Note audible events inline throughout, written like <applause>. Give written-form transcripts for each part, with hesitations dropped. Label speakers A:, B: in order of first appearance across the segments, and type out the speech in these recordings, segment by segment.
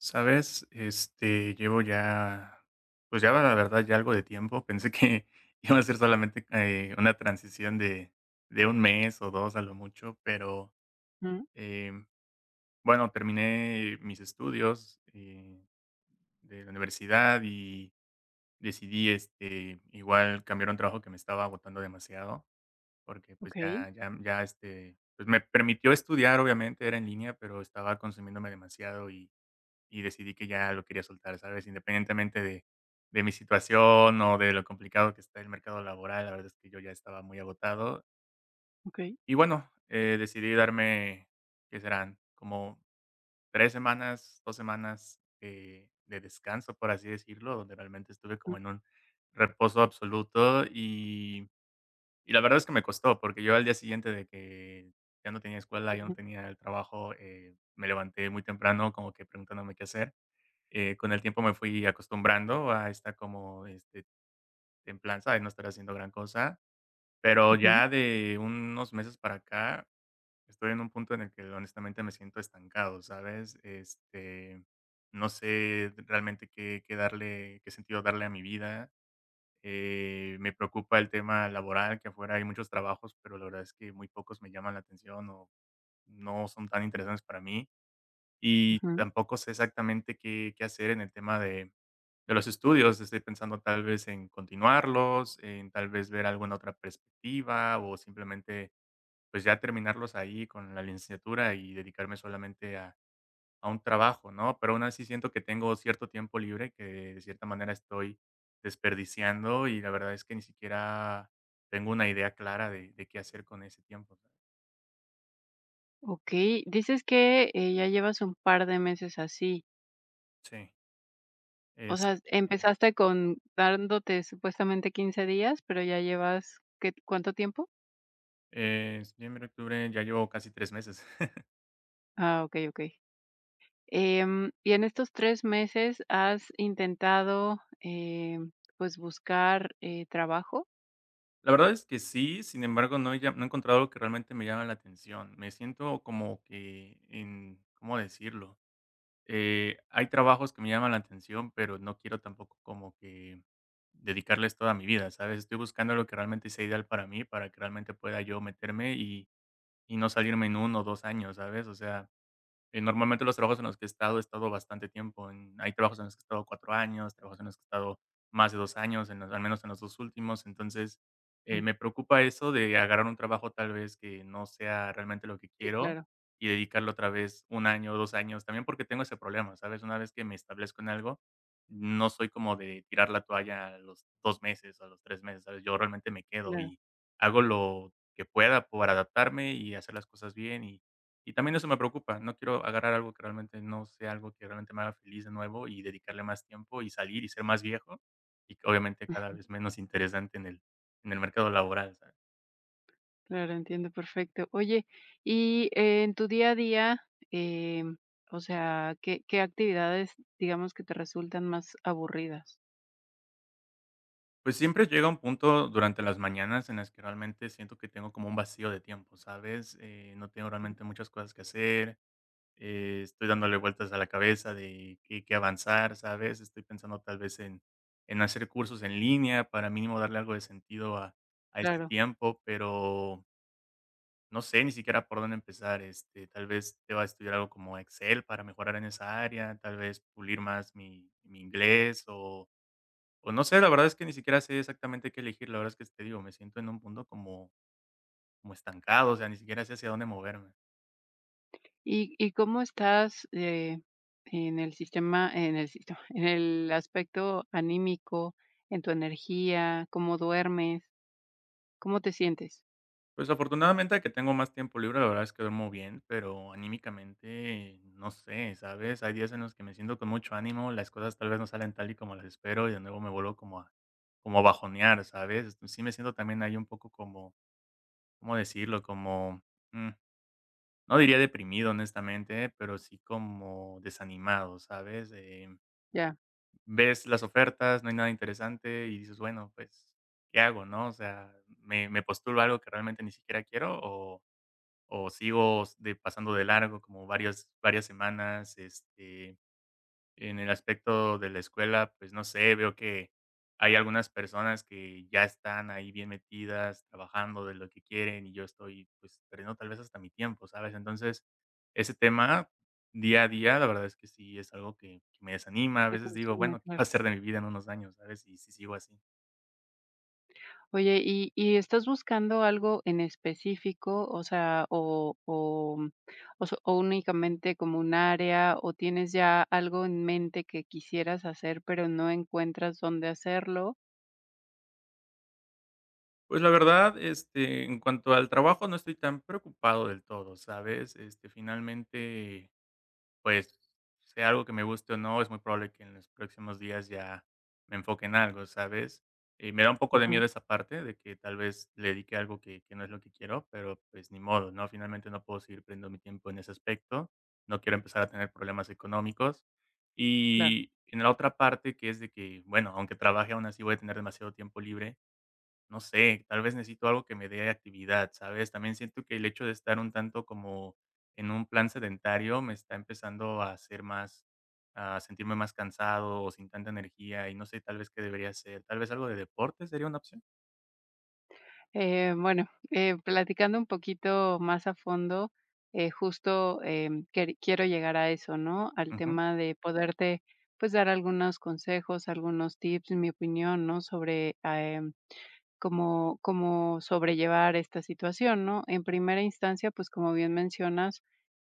A: Sabes, este, llevo ya, pues ya la verdad ya algo de tiempo. Pensé que <laughs> iba a ser solamente una transición de un mes o dos a lo mucho, pero
B: Ujú,
A: em, bueno, terminé mis estudios de la universidad y decidí este, igual cambiar un trabajo que me estaba agotando demasiado, porque pues
B: okey,
A: ya este, pues me permitió estudiar, obviamente, era en línea, pero estaba consumiéndome demasiado y decidí que ya lo quería soltar, ¿sabes? Independientemente de mi situación o de lo complicado que está el mercado laboral, la verdad es que yo ya estaba muy agotado.
B: okey.
A: Y bueno, decidí darme, ¿qué serán? Como 3 semanas, 2 semanas de descanso, por así decirlo, donde realmente estuve
B: Ujú,
A: como en un reposo absoluto y la verdad es que me costó, porque yo al día siguiente de que ya no tenía escuela, ya no
B: ujú,
A: tenía el trabajo, me levanté muy temprano como que preguntándome qué hacer. Con el tiempo me fui acostumbrando a esta como, este, templanza de no estar haciendo gran cosa, pero
B: ujú,
A: ya de unos meses para acá estoy en un punto en el que honestamente me siento estancado, ¿sabes? Este, no sé realmente qué darle qué sentido darle a mi vida. Me preocupa el tema laboral, que afuera hay muchos trabajos, pero la verdad es que muy pocos me llaman la atención o no son tan interesantes para mí y
B: ujú.
A: tampoco sé exactamente qué hacer en el tema de los estudios. Estoy pensando tal vez en continuarlos, en tal vez ver alguna otra perspectiva o simplemente, pues, ya terminarlos ahí con la licenciatura y dedicarme solamente a un trabajo, ¿no? Pero aún así siento que tengo cierto tiempo libre que de cierta manera estoy desperdiciando y la verdad es que ni siquiera tengo una idea clara de qué hacer con ese tiempo, ¿sabes?
B: Okey, dices que, ya llevas un par de meses así.
A: Sí,
B: O
A: es,
B: sea, empezaste con dándote supuestamente 15 días, pero ya llevas, ¿qué cuánto tiempo?
A: septiembre, octubre, ya llevo casi 3 meses.
B: Ah, okey, okey. Y en estos 3 meses, ¿has intentado, pues, buscar, trabajo?
A: La verdad es que sí, sin embargo, no he encontrado algo que realmente me llame la atención. Me siento como que en, ¿cómo decirlo? Hay trabajos que me llaman la atención, pero no quiero tampoco como que dedicarles toda mi vida, ¿sabes? Estoy buscando lo que realmente sea ideal para mí, para que realmente pueda yo meterme y no salirme en uno o 2 años, ¿sabes? O sea, normalmente los trabajos en los que he estado bastante tiempo. En Hay trabajos en los que he estado 4 años, trabajos en los que he estado más de 2 años, en los, al menos en los 2 últimos. Entonces,
B: Mm,
A: me preocupa eso de agarrar un trabajo tal vez que no sea realmente lo que
B: sí,
A: quiero
B: claro,
A: y dedicarlo otra vez un año o 2 años, también porque tengo ese problema, ¿sabes? Una vez que me establezco en algo, no soy como de tirar la toalla a los 2 meses o a los 3 meses, ¿sabes? Yo realmente me quedo
B: claro.
A: y hago lo que pueda para adaptarme y hacer las cosas bien y también eso me preocupa, no quiero agarrar algo que realmente no sea algo que realmente me haga feliz de nuevo y dedicarle más tiempo y salir y ser más viejo y que obviamente cada vez menos interesante en el mercado laboral, ¿sabes?
B: Claro, entiendo perfecto. Oye, y en tu día a día, em, o sea, ¿qué, qué actividades, digamos, que te resultan más aburridas?
A: Pues siempre llega un punto durante las mañanas en las que realmente siento que tengo como un vacío de tiempo, ¿sabes? No tengo
B: Ujú.
A: realmente muchas cosas que hacer, estoy dándole vueltas a la cabeza de qué avanzar, ¿sabes? Estoy pensando tal vez en hacer cursos en línea para mínimo darle algo de sentido a ese
B: Claro.
A: tiempo, pero no sé ni siquiera por dónde empezar, este, tal vez te va a estudiar algo como Excel para mejorar en esa área, tal vez pulir más mi inglés o no sé, la verdad es que ni siquiera sé exactamente qué elegir, la verdad es que te digo, me siento en un punto como estancado, o sea, ni siquiera sé hacia dónde moverme.
B: Y cómo estás en el sistema, <laughs> en el aspecto anímico, en tu energía, cómo duermes, cómo te sientes?
A: Pues, afortunadamente que tengo más tiempo libre, la verdad es que duermo bien, pero anímicamente, no sé, ¿sabes? Hay días en los que me siento con mucho ánimo, las cosas tal vez no salen tal y como las espero y de nuevo me vuelvo como a bajonear, ¿sabes? Sí me siento también ahí un poco como, ¿cómo decirlo? Como, mm, no diría deprimido, honestamente, ¿eh? Pero sí como desanimado, ¿sabes?
B: Ya,
A: Ves las ofertas, no hay nada interesante y dices, bueno, pues, ¿qué hago, no? O sea, me postulo a algo que realmente ni siquiera quiero o sigo de, pasando de largo como varias semanas? Este, en el aspecto de la escuela, pues, no sé, veo que hay algunas personas que ya están ahí bien metidas, trabajando de lo que quieren, y yo estoy, pues, perdiendo tal vez hasta mi tiempo, ¿sabes? Entonces, ese tema día a día, la verdad es que sí es algo que me desanima. A
B: te
A: veces digo:
B: consume,
A: "Bueno, ¿qué va a
B: claro.
A: ser de mi vida en unos años?", ¿sabes?, y si sigo así.
B: Oye, ¿y estás buscando algo en específico? O sea, o o únicamente como un área, o tienes ya algo en mente que quisieras hacer, pero no encuentras dónde hacerlo.
A: Pues, la verdad, este, en cuanto al trabajo, no estoy tan preocupado del todo, ¿sabes? Este, finalmente, pues, sea algo que me guste o no, es muy probable que en los próximos días ya me enfoque en algo, ¿sabes? Y me da un poco de miedo
B: Ujú,
A: esa parte de que tal vez le dedique algo que no es lo que quiero, pero pues ni modo, ¿no? Finalmente no puedo seguir perdiendo mi tiempo en ese aspecto. No quiero empezar a tener problemas económicos.
B: claro.
A: Y en la otra parte, que es de que, bueno, aunque trabaje aún así voy a tener demasiado tiempo libre, no sé, tal vez necesito algo que me dé actividad, ¿sabes? También siento que el hecho de estar un tanto como en un plan sedentario me está empezando a hacer más, a sentirme más cansado o sin tanta energía y no sé tal vez qué debería hacer. Tal vez algo de deporte sería una opción.
B: Bueno, platicando un poquito más a fondo, justo, quer quiero llegar a eso, ¿no? Al
A: Ujú,
B: tema de poderte, pues, dar algunos consejos, algunos tips, mi opinión, ¿no? Sobre, como como sobrellevar esta situación, ¿no? En primera instancia, pues, como bien mencionas,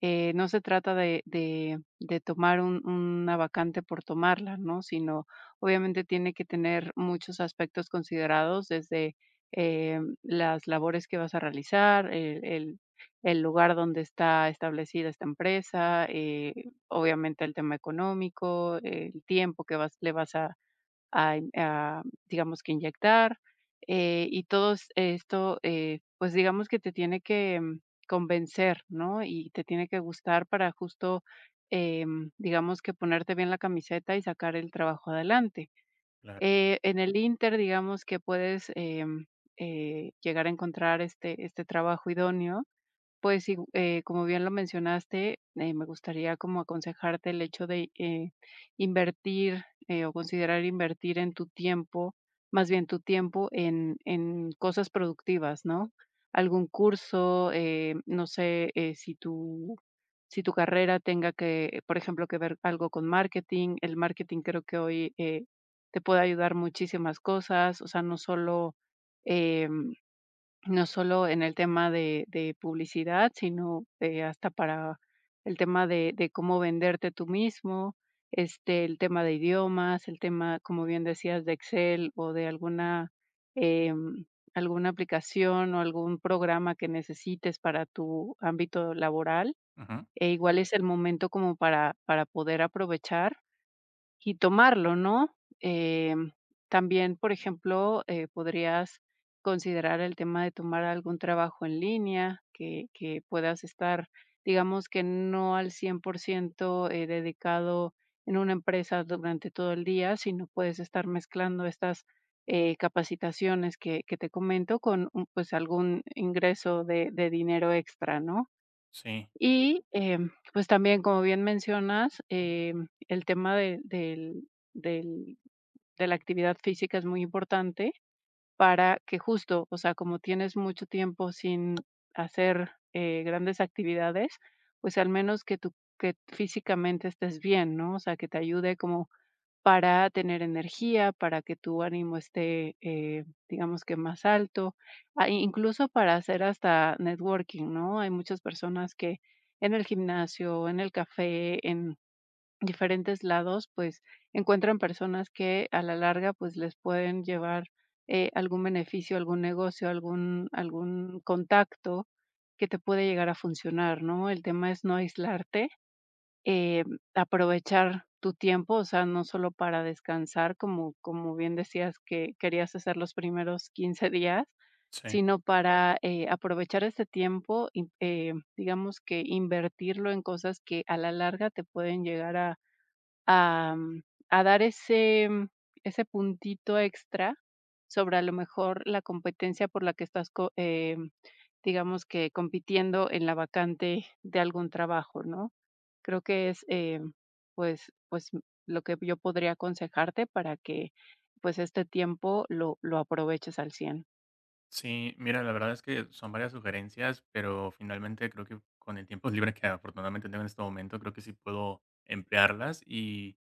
B: no se trata de tomar un una vacante por tomarla, ¿no? Sino, obviamente, tiene que tener muchos aspectos considerados desde, las labores que vas a realizar, el lugar donde está establecida esta empresa, obviamente, el tema económico, el tiempo que vas le vas a digamos que inyectar, y todos esto, pues, digamos que te tiene que convencer, ¿no? Y te tiene que gustar para justo, digamos que ponerte bien la camiseta y sacar el trabajo adelante.
A: claro.
B: En el inter digamos que puedes, llegar a encontrar este trabajo idóneo, pues sí, como bien lo mencionaste, me gustaría como aconsejarte el hecho de invertir o considerar invertir en tu tiempo, más bien tu tiempo en cosas productivas, ¿no? Algún curso, no sé si tu carrera tenga que, por ejemplo, que ver algo con marketing. El marketing creo que hoy te puede ayudar muchísimas cosas, o sea, no solo... em, no solo en el tema de publicidad, sino, hasta para el tema de cómo venderte tú mismo, este, el tema de idiomas, el tema, como bien decías, de Excel o de alguna, em, alguna aplicación o algún programa que necesites para tu ámbito laboral.
A: Ujú,
B: E igual es el momento como para poder aprovechar y tomarlo, ¿no? Em, También, por ejemplo, podrías considerar el tema de tomar algún trabajo en línea que puedas estar, digamos, que no al 100%, dedicado en una empresa durante todo el día, sino puedes estar mezclando estas, capacitaciones que te comento con un, pues, algún ingreso de dinero extra, ¿no?
A: sí,
B: Y, pues, también, como bien mencionas, el tema de del del de la actividad física es muy importante para que justo, o sea, como tienes mucho tiempo sin hacer, grandes actividades, pues, al menos que tú que físicamente estés bien, ¿no? O sea, que te ayude como para tener energía, para que tu ánimo esté, digamos que más alto, ah, incluso para hacer hasta networking, ¿no? Hay muchas personas que en el gimnasio, en el café, en diferentes lados, pues encuentran personas que a la larga, pues les pueden llevar algún beneficio, algún negocio, algún contacto que te puede llegar a funcionar, ¿no? El tema es no aislarte, eh, aprovechar tu tiempo, o sea, no solo para descansar, como, como bien decías que querías hacer los primeros 15 días,
A: sí,
B: sino para aprovechar este tiempo, y, digamos que invertirlo en cosas que a la larga te pueden llegar a, a, mm, a dar ese, ese puntito extra sobre a lo mejor la competencia por la que estás, digamos que compitiendo en la vacante de algún trabajo, ¿no? Creo que es, pues, lo que yo podría aconsejarte para que, pues, este tiempo lo aproveches al cien.
A: sí. Mira, la verdad es que son varias sugerencias, pero finalmente creo que con el tiempo <laughs> libre que afortunadamente tengo en este momento, creo que sí puedo emplearlas y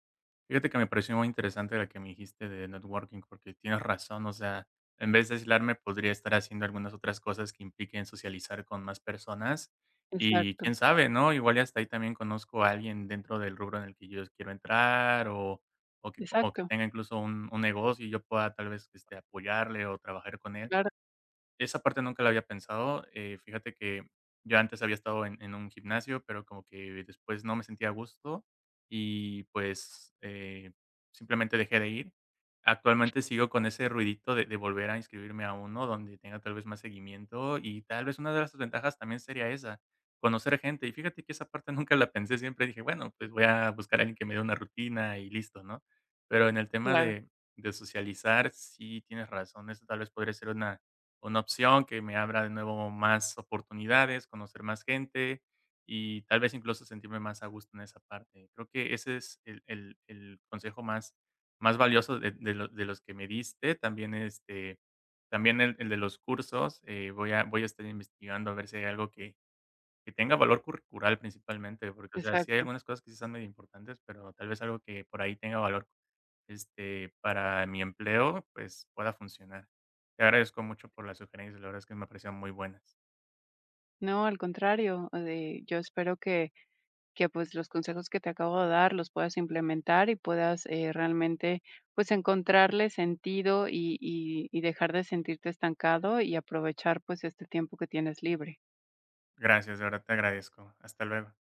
A: fíjate que me pareció muy interesante la que me dijiste de networking, porque tienes razón, o sea, en vez de aislarme podría estar haciendo algunas otras cosas que impliquen socializar con más personas y
B: Exacto,
A: quién sabe, ¿no? Igual y hasta ahí también conozco a alguien dentro del rubro en el que yo quiero entrar o, o que
B: exacto.
A: tenga incluso un negocio y yo pueda tal vez este, apoyarle o trabajar con él.
B: Claro,
A: Esa parte nunca la había pensado. Fíjate que yo antes había estado en un gimnasio, pero como que después no me sentía a gusto y pues simplemente dejé de ir. Actualmente sigo con ese ruidito de volver a inscribirme a uno donde tenga tal vez más seguimiento y tal vez una de las ventajas también sería esa, conocer gente. Y fíjate que esa parte <laughs> nunca la pensé, siempre dije, bueno, pues voy a buscar a alguien que me dé una rutina y listo, ¿no? Pero en el tema
B: claro,
A: de socializar, sí tienes razón, eso tal vez podría ser una opción que me abra de nuevo más oportunidades, conocer más gente y tal vez incluso sentirme más a gusto en esa parte. Creo que ese es el consejo más, más valioso de, de los que me diste. También, este, también el de los cursos. Voy a estar investigando a ver si hay algo que tenga valor curricular principalmente, porque, o sea, sí hay
B: exacto.
A: algunas cosas que sí son medio importantes, pero tal vez algo que por ahí tenga valor, este, para mi empleo, pues, pueda funcionar. Te agradezco mucho por las sugerencias, la verdad es que me parecieron muy buenas.
B: No, al contrario, yo espero que pues los consejos que te acabo de dar los puedas implementar y puedas realmente pues encontrarle sentido y, y dejar de sentirte estancado y aprovechar pues este tiempo que tienes libre.
A: Gracias, de verdad te agradezco. Hasta luego.